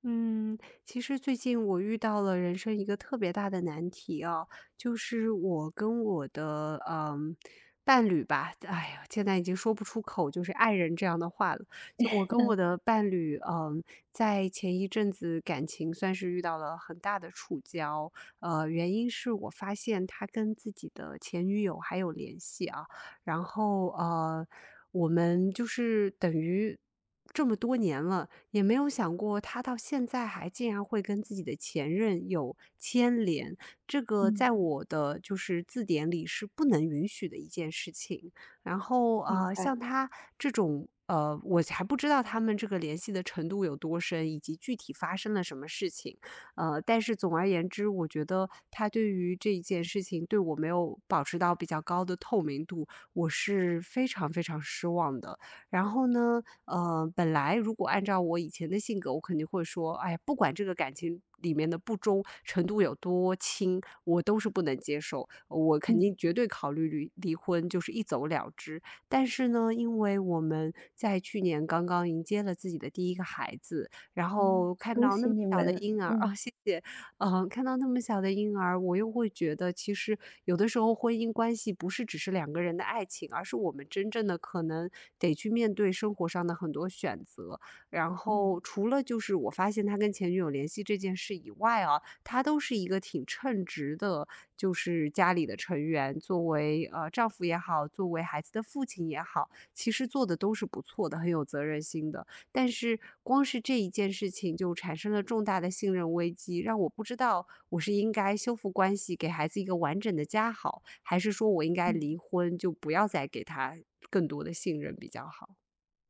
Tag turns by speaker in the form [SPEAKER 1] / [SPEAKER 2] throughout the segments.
[SPEAKER 1] 嗯，其实最近我遇到了人生一个特别大的难题哦，就是我跟我的伴侣吧，哎呀，现在已经说不出口就是爱人这样的话了。就我 跟我
[SPEAKER 2] 嗯
[SPEAKER 1] 的伴侣，在前一阵子感情算是遇到了很大的触礁。原因是我发现他跟自己的前女友还有联系啊。然后我们就是等于这么多年了，也没有想过他到现在还竟然会跟自己的前任有牵连，这个
[SPEAKER 2] 嗯，
[SPEAKER 1] 在我的就是字典里是不能允许的一件事情。然后
[SPEAKER 2] 明白，
[SPEAKER 1] 像他这种。我还不知道他们这个联系的程度有多深，以及具体发生了什么事情。但是总而言之，我觉得他对于这一件事情对我没有保持到比较高的透明度，我是非常非常失望的。然后呢，本来如果按照我以前的性格，我肯定会说，哎呀，不管这个感情里面的不忠程度有多轻，我都是不能接受，我肯
[SPEAKER 2] 嗯，
[SPEAKER 1] 定绝对考虑离婚，就是一走了之。但是呢，因为我们在去年刚刚迎接了自己的第一个孩子，然
[SPEAKER 2] 啊，
[SPEAKER 1] 后看
[SPEAKER 2] 恭
[SPEAKER 1] 到那
[SPEAKER 2] 喜
[SPEAKER 1] 么
[SPEAKER 2] 你
[SPEAKER 1] 小的
[SPEAKER 2] 们，
[SPEAKER 1] 婴儿，啊、
[SPEAKER 2] 嗯
[SPEAKER 1] 谢谢。嗯，看到那么小的婴儿，我又会觉得，其实有的时候婚姻关系不是只是两个人的爱情，而是我们真正的可能得去面对生活上的很多选择。然
[SPEAKER 2] 嗯
[SPEAKER 1] 后除了就是我发现他跟前女友联系这件事以外啊，他都是一个挺称职的，就是家里的成员，作为丈夫也好，作为孩子的父亲也好，其实做的都是不错的，很有责任心的。但是光是这一件事情就产生了重大的信任危机，让我不知道我是应该修复关系，给孩子一个完整的家好，还是说我应该离婚，就不要再给他更多的信任比较好？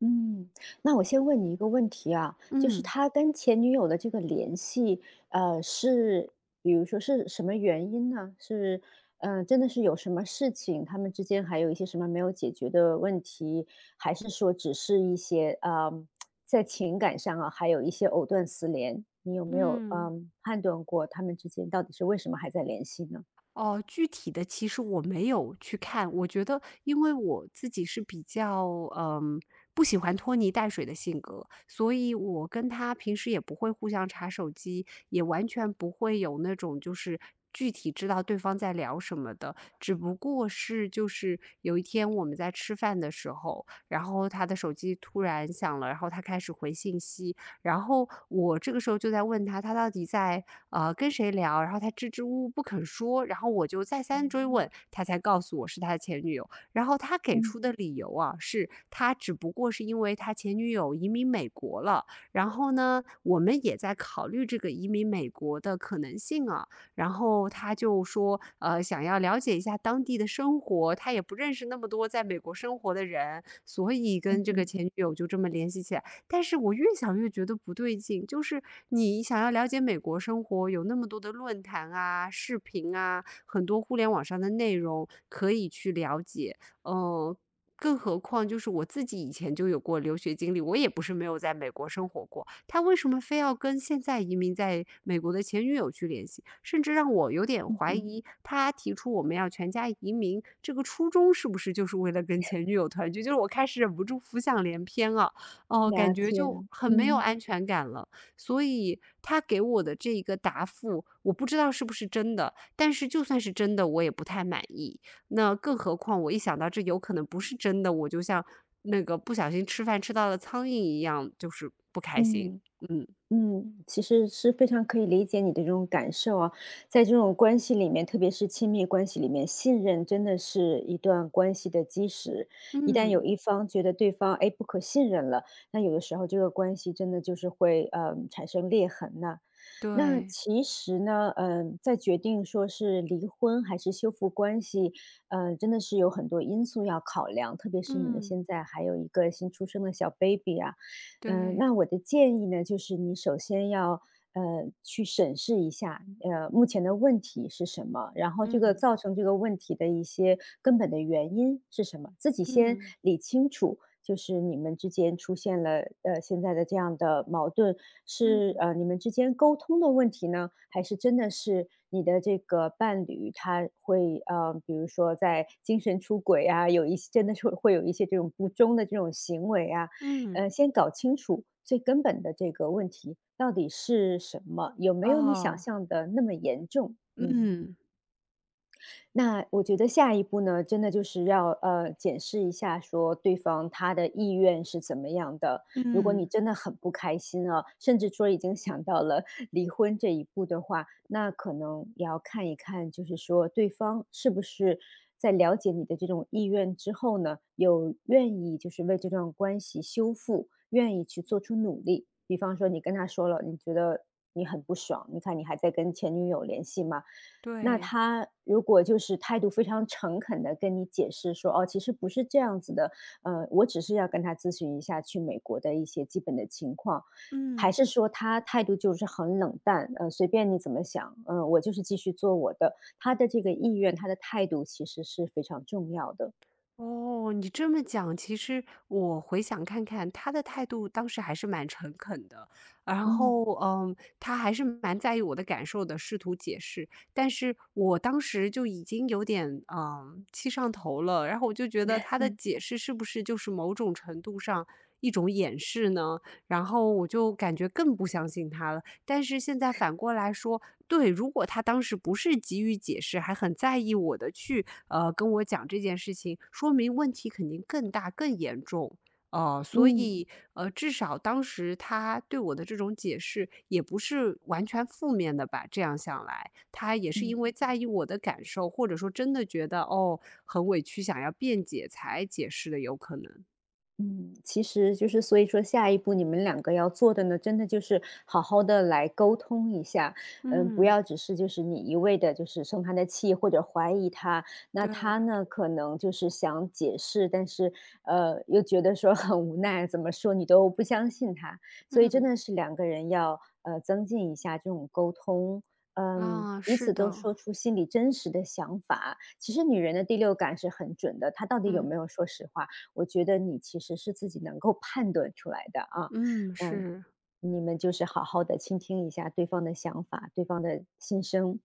[SPEAKER 2] 嗯。那我先问你一个问题啊，就是
[SPEAKER 1] 嗯。
[SPEAKER 2] 他跟前女友的这个联系，是比如说是什么原因呢？是，真的是有什么事情，他们之间还有一些什么没有解决的问题，还是说只是一些，在情感上啊，还有一些藕断丝连？你有没有，
[SPEAKER 1] 嗯。
[SPEAKER 2] 判断过他们之间到底是为什么还在联系呢？
[SPEAKER 1] 哦，具体的其实我没有去看，我觉得因为我自己是比较，嗯，不喜欢拖泥带水的性格，所以我跟他平时也不会互相查手机，也完全不会有那种就是具体知道对方在聊什么的，只不过是就是有一天我们在吃饭的时候，然后他的手机突然响了，然后他开始回信息，然后我这个时候就在问他，他到底在跟谁聊？然后他支支吾吾不肯说，然后我就再三追问，
[SPEAKER 2] 嗯
[SPEAKER 1] 他才告诉我是他的前女友。然后他给
[SPEAKER 2] 嗯。
[SPEAKER 1] 出的理由啊，是他只不过是因为他前女友移民美国了。然后呢，我们也在考虑这个移民美国的可能性啊。然后他就说，想要了解一下当地的生活，他也不认识那么多在美国生活的人，所以跟
[SPEAKER 2] 嗯
[SPEAKER 1] 这个
[SPEAKER 2] 嗯
[SPEAKER 1] 前女友就这么联系起来。但是我越想越觉得不对劲，就是你想要了解美国生活，有那么多的论坛啊、视频啊，很多互联网上的内容可以去了解。嗯。更何况，就是我自己以前就有过留学经历，我也不是没有在美国生活过。他为什么非要跟现在移民在美国的前女友去联系？甚至让我有点
[SPEAKER 2] 嗯
[SPEAKER 1] 怀
[SPEAKER 2] 哼，
[SPEAKER 1] 疑，他提出我们要全家移民这个初衷是不是就是为了跟前女友团聚？就是我开始忍不住浮想联翩啊。哦，感
[SPEAKER 2] 了
[SPEAKER 1] 觉
[SPEAKER 2] 解了
[SPEAKER 1] 就很没有
[SPEAKER 2] 嗯，
[SPEAKER 1] 安全感了。所以他给我的这一个答复，我不知道是不是真的，但是就算是真的，我也不太满意。那更何况我一想到这有可能不是真的，我就像那个不小心吃饭吃到了苍蝇一样，就是不开心。
[SPEAKER 2] 嗯，
[SPEAKER 1] 嗯。
[SPEAKER 2] 其实是非常可以理解你的这种感受啊。在这种关系里面，特别是亲密关系里面，信任真的是一段关系的基石。一旦有
[SPEAKER 1] 嗯，
[SPEAKER 2] 一方觉得对方，哎，不可信任了，那有的时候这个关系真的就是会，产生裂痕呐。那
[SPEAKER 1] 对。
[SPEAKER 2] 其实呢，在决定说是离婚还是修复关系，真的是有很多因素要考量，特别是你们
[SPEAKER 1] 嗯，
[SPEAKER 2] 现在还有一个新出生的小 baby 啊，
[SPEAKER 1] 对。
[SPEAKER 2] 那我的建议呢，就是你首先要。呃，去审视一下，目前的问题是什么，然后这个
[SPEAKER 1] 嗯。
[SPEAKER 2] 造成这个问题的一些根本的原因是什么，自己先
[SPEAKER 1] 嗯。
[SPEAKER 2] 理清楚，就是你们之间出现了，现在的这样的矛盾，是，
[SPEAKER 1] 嗯。
[SPEAKER 2] 你们之间沟通的问题呢？还是真的是你的这个伴侣他会，比如说在精神出轨啊，有一些真的是会有一些这种不忠的这种行为啊，
[SPEAKER 1] 嗯。
[SPEAKER 2] 先搞清楚最根本的这个问题到底是什么，有没有你想
[SPEAKER 1] 哦。
[SPEAKER 2] 象的那么严重？嗯。
[SPEAKER 1] 嗯。
[SPEAKER 2] 那我觉得下一步呢，真的就是要检视一下，说对方他的意愿是怎么样的。如果你
[SPEAKER 1] 嗯。
[SPEAKER 2] 真的很不开心啊，甚至说已经想到了 离婚这一步的话，那可能也要看一看，就是说对方是不是在了解你的这种意愿之后呢，有愿意就是为这段关系修复，愿意去做出努力。比方说，你跟他说了，你觉得你很不爽，你看你还在跟前女友联系吗？那
[SPEAKER 1] 对。
[SPEAKER 2] 他如果就是态度非常诚恳的跟你解释说："哦，其实不是这样子的，我只是要跟他咨询一下去美国的一些基本的情况。"还
[SPEAKER 1] 嗯。
[SPEAKER 2] 是说他态度就是很冷淡，随便你怎么想，我就是继续做我的。他的这个意愿，他的态度其实是非常重要的。
[SPEAKER 1] 哦，你这么讲，其实我回想看看，他的态度当时还是蛮诚恳的。然
[SPEAKER 2] 嗯
[SPEAKER 1] 后，他还是蛮在意我的感受的，试图解释。但是我当时就已经有点，气上头了，然后我就觉得他的解释是不是就是某种程度上一种掩饰呢？然后我就感觉更不相信他了。但是现在反过来说，对，如果他当时不是急于解释，还很在意我的去跟我讲这件事情，说明问题肯定更大更严重。所
[SPEAKER 2] 嗯
[SPEAKER 1] 以至少当时他对我的这种解释也不是完全负面的吧？这样想来，他也是
[SPEAKER 2] 嗯。
[SPEAKER 1] 因为在意我的感受，或者说真的觉得哦很委屈，想要辩解才解释的，有可能。
[SPEAKER 2] 嗯，其实就是所以说下一步你们两个要做的呢，真的就是好好的来沟通一下，不
[SPEAKER 1] 嗯，
[SPEAKER 2] 要只是就是你一味的就是生他的气或者怀疑他，那他
[SPEAKER 1] 对。
[SPEAKER 2] 呢可能就是想解释，但是，又觉得说很无奈，怎么说你都不相信他，所以真
[SPEAKER 1] 嗯。
[SPEAKER 2] 的是两个人要，增进一下这种沟通，
[SPEAKER 1] 啊，
[SPEAKER 2] 彼
[SPEAKER 1] 是
[SPEAKER 2] 此都
[SPEAKER 1] 的。
[SPEAKER 2] 说出心里真实的想法。其实女人的第六感是很准的，她到底有
[SPEAKER 1] 嗯。
[SPEAKER 2] 没有说实话，我觉得你其实是自己能够判断出来的啊。
[SPEAKER 1] 嗯
[SPEAKER 2] 嗯，
[SPEAKER 1] 是。
[SPEAKER 2] 你们就是好好的倾听一下对方的想法，对方的心声。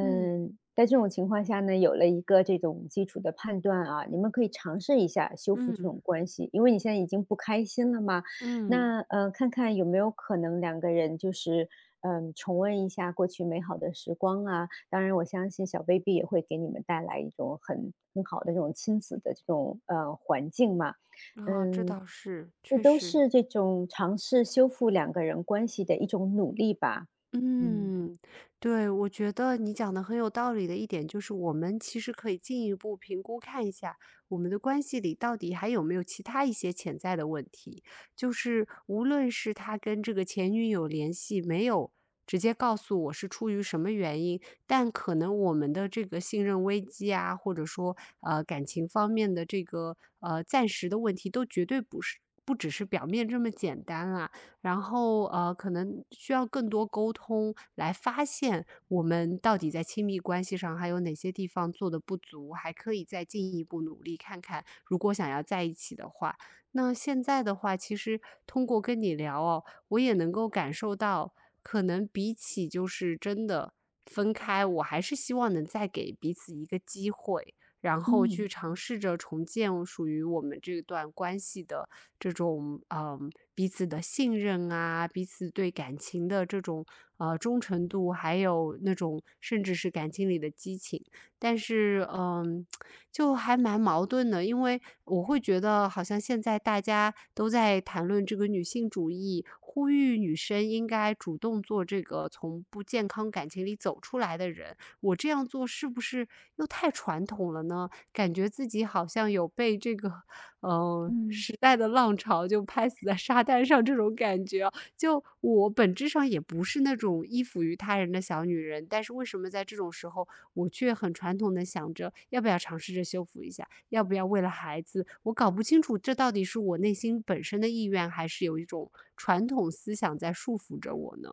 [SPEAKER 1] 嗯。
[SPEAKER 2] 在这种情况下呢，有了一个这种基础的判断啊，你们可以尝试一下修复这
[SPEAKER 1] 嗯。
[SPEAKER 2] 种关系，因为你现在已经不开心了嘛。
[SPEAKER 1] 嗯。
[SPEAKER 2] 那看看有没有可能两个人就是重温一下过去美好的时光啊，当然，我相信小 baby 也会给你们带来一种很很好的这种亲子的这种环境嘛，
[SPEAKER 1] 啊，这
[SPEAKER 2] 嗯，
[SPEAKER 1] 倒是，
[SPEAKER 2] 这
[SPEAKER 1] 确
[SPEAKER 2] 都
[SPEAKER 1] 实。
[SPEAKER 2] 是这种尝试修复两个人关系的一种努力吧，嗯
[SPEAKER 1] 嗯，对，我觉得你讲的很有道理的一点就是，我们其实可以进一步评估看一下，我们的关系里到底还有没有其他一些潜在的问题。就是无论是他跟这个前女友联系没有直接告诉我是出于什么原因，但可能我们的这个信任危机啊，或者说感情方面的这个暂时的问题，都绝对不是不只是表面这么简单啦、然后可能需要更多沟通来发现我们到底在亲密关系上还有哪些地方做的不足，还可以再进一步努力看看。如果想要在一起的话，那现在的话，其实通过跟你聊哦，我也能够感受到，可能比起就是真的分开，我还是希望能再给彼此一个机会。然后去
[SPEAKER 2] 嗯
[SPEAKER 1] 尝试着重建属于我们这段关系的这种彼此的信任啊，彼此对感情的这种忠诚度，还有那种甚至是感情里的激情。但是就还蛮矛盾的，因为我会觉得好像现在大家都在谈论这个女性主义，呼吁女生应该主动做这个从不健康感情里走出来的人。我这样做是不是又太传统了呢？感觉自己好像有被这个，
[SPEAKER 2] 嗯。
[SPEAKER 1] 时代的浪潮就拍死在沙滩上这种感觉啊。就我本质上也不是那种依附于他人的小女人，但是为什么在这种时候，我却很传统的想着要不要尝试着修复一下，要不要为了孩子？我搞不清楚这到底是我内心本身的意愿，还是有一种传统思想在束缚着我呢？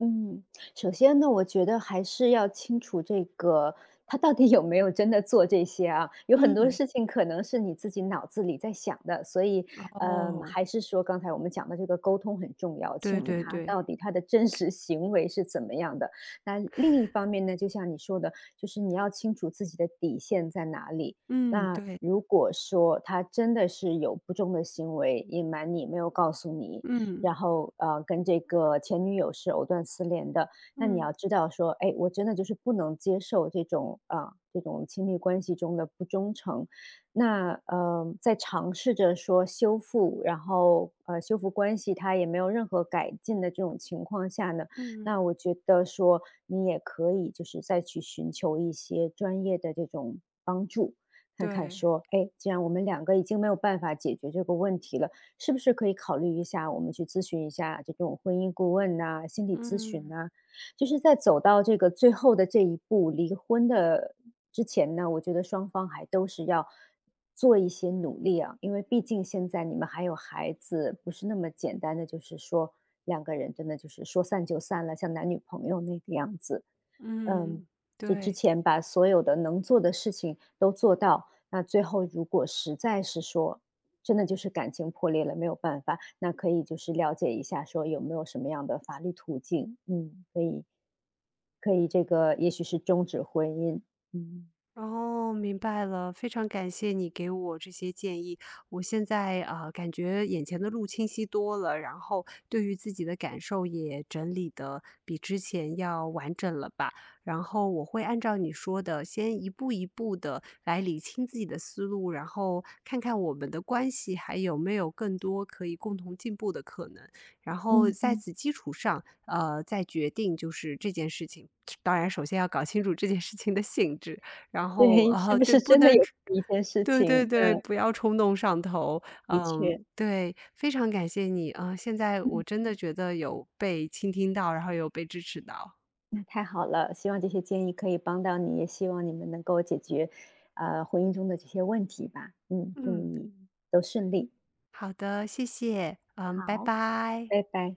[SPEAKER 2] 嗯，首先呢，我觉得还是要清楚这个他到底有没有真的做这些啊？有很多
[SPEAKER 1] 嗯。
[SPEAKER 2] 事情可能是你自己脑子里在想的，所以，
[SPEAKER 1] 哦，
[SPEAKER 2] 还是说刚才我们讲的这个沟通很重要，
[SPEAKER 1] 对
[SPEAKER 2] 清楚
[SPEAKER 1] 对嗯
[SPEAKER 2] 他
[SPEAKER 1] 对。
[SPEAKER 2] 到底他的真实行为是怎么样的。那另一方面呢，就像你说的，就是你要清楚自己的底线在哪里。
[SPEAKER 1] 嗯，
[SPEAKER 2] 那
[SPEAKER 1] 对。
[SPEAKER 2] 如果说他真的是有不忠的行为，隐瞒你，没有告诉你，
[SPEAKER 1] 嗯。
[SPEAKER 2] 然后跟这个前女友是藕断丝连的。那你要知道说，哎，我真的就是不能接受这种啊、这种亲密关系中的不忠诚。那在尝试着说修复，然后修复关系，它也没有任何改进的这种情况下呢，
[SPEAKER 1] 嗯，
[SPEAKER 2] 那我觉得说你也可以就是再去寻求一些专业的这种帮助。看看
[SPEAKER 1] 对。
[SPEAKER 2] 说，哎，既然我们两个已经没有办法解决这个问题了，是不是可以考虑一下，我们去咨询一下这种婚姻顾问呐、心理咨询
[SPEAKER 1] 嗯。
[SPEAKER 2] 呐、就是在走到这个最后的这一步，离婚的之前呢，我觉得双方还都是要做一些努力啊，因为毕竟现在你们还有孩子，不是那么简单的，就是说两个人真的就是说散就散了，像男女朋友那个样子。嗯，
[SPEAKER 1] 嗯，
[SPEAKER 2] 这之
[SPEAKER 1] 对。
[SPEAKER 2] 前把所有的能做的事情都做到，那最后如果实在是说，真的就是感情破裂了，没有办法，那可以就是了解一下，说有没有什么样的法律途径，可以可以这个也许是终止婚姻，嗯
[SPEAKER 1] 哦，明白了，非常感谢你给我这些建议。我现在啊，感觉眼前的路清晰多了，然后对于自己的感受也整理的比之前要完整了吧。然后我会按照你说的，先一步一步的来理清自己的思路，然后看看我们的关系还有没有更多可以共同进步的可能。然后
[SPEAKER 2] 嗯
[SPEAKER 1] 在
[SPEAKER 2] 嗯，
[SPEAKER 1] 此基础上，再决定就是这件事情。当然，首先要搞清楚这件事情的性质。然后
[SPEAKER 2] 对，是
[SPEAKER 1] 啊，
[SPEAKER 2] 不
[SPEAKER 1] 对，
[SPEAKER 2] 是
[SPEAKER 1] 不
[SPEAKER 2] 真的
[SPEAKER 1] 能
[SPEAKER 2] 有这么一件事
[SPEAKER 1] 对
[SPEAKER 2] 情？
[SPEAKER 1] 对对，
[SPEAKER 2] 嗯，
[SPEAKER 1] 不要冲动上头。
[SPEAKER 2] 的
[SPEAKER 1] 嗯，
[SPEAKER 2] 确。
[SPEAKER 1] 对，非常感谢你啊，现在我
[SPEAKER 2] 嗯。
[SPEAKER 1] 真的觉得有被倾听到，然后有被支持到。
[SPEAKER 2] 那太好了，希望这些建议可以帮到你，也希望你们能够解决，婚姻中的这些问题吧。嗯，祝
[SPEAKER 1] 嗯，
[SPEAKER 2] 你都顺利。
[SPEAKER 1] 好的，谢谢，嗯，拜
[SPEAKER 2] 好，
[SPEAKER 1] 拜。
[SPEAKER 2] 拜拜。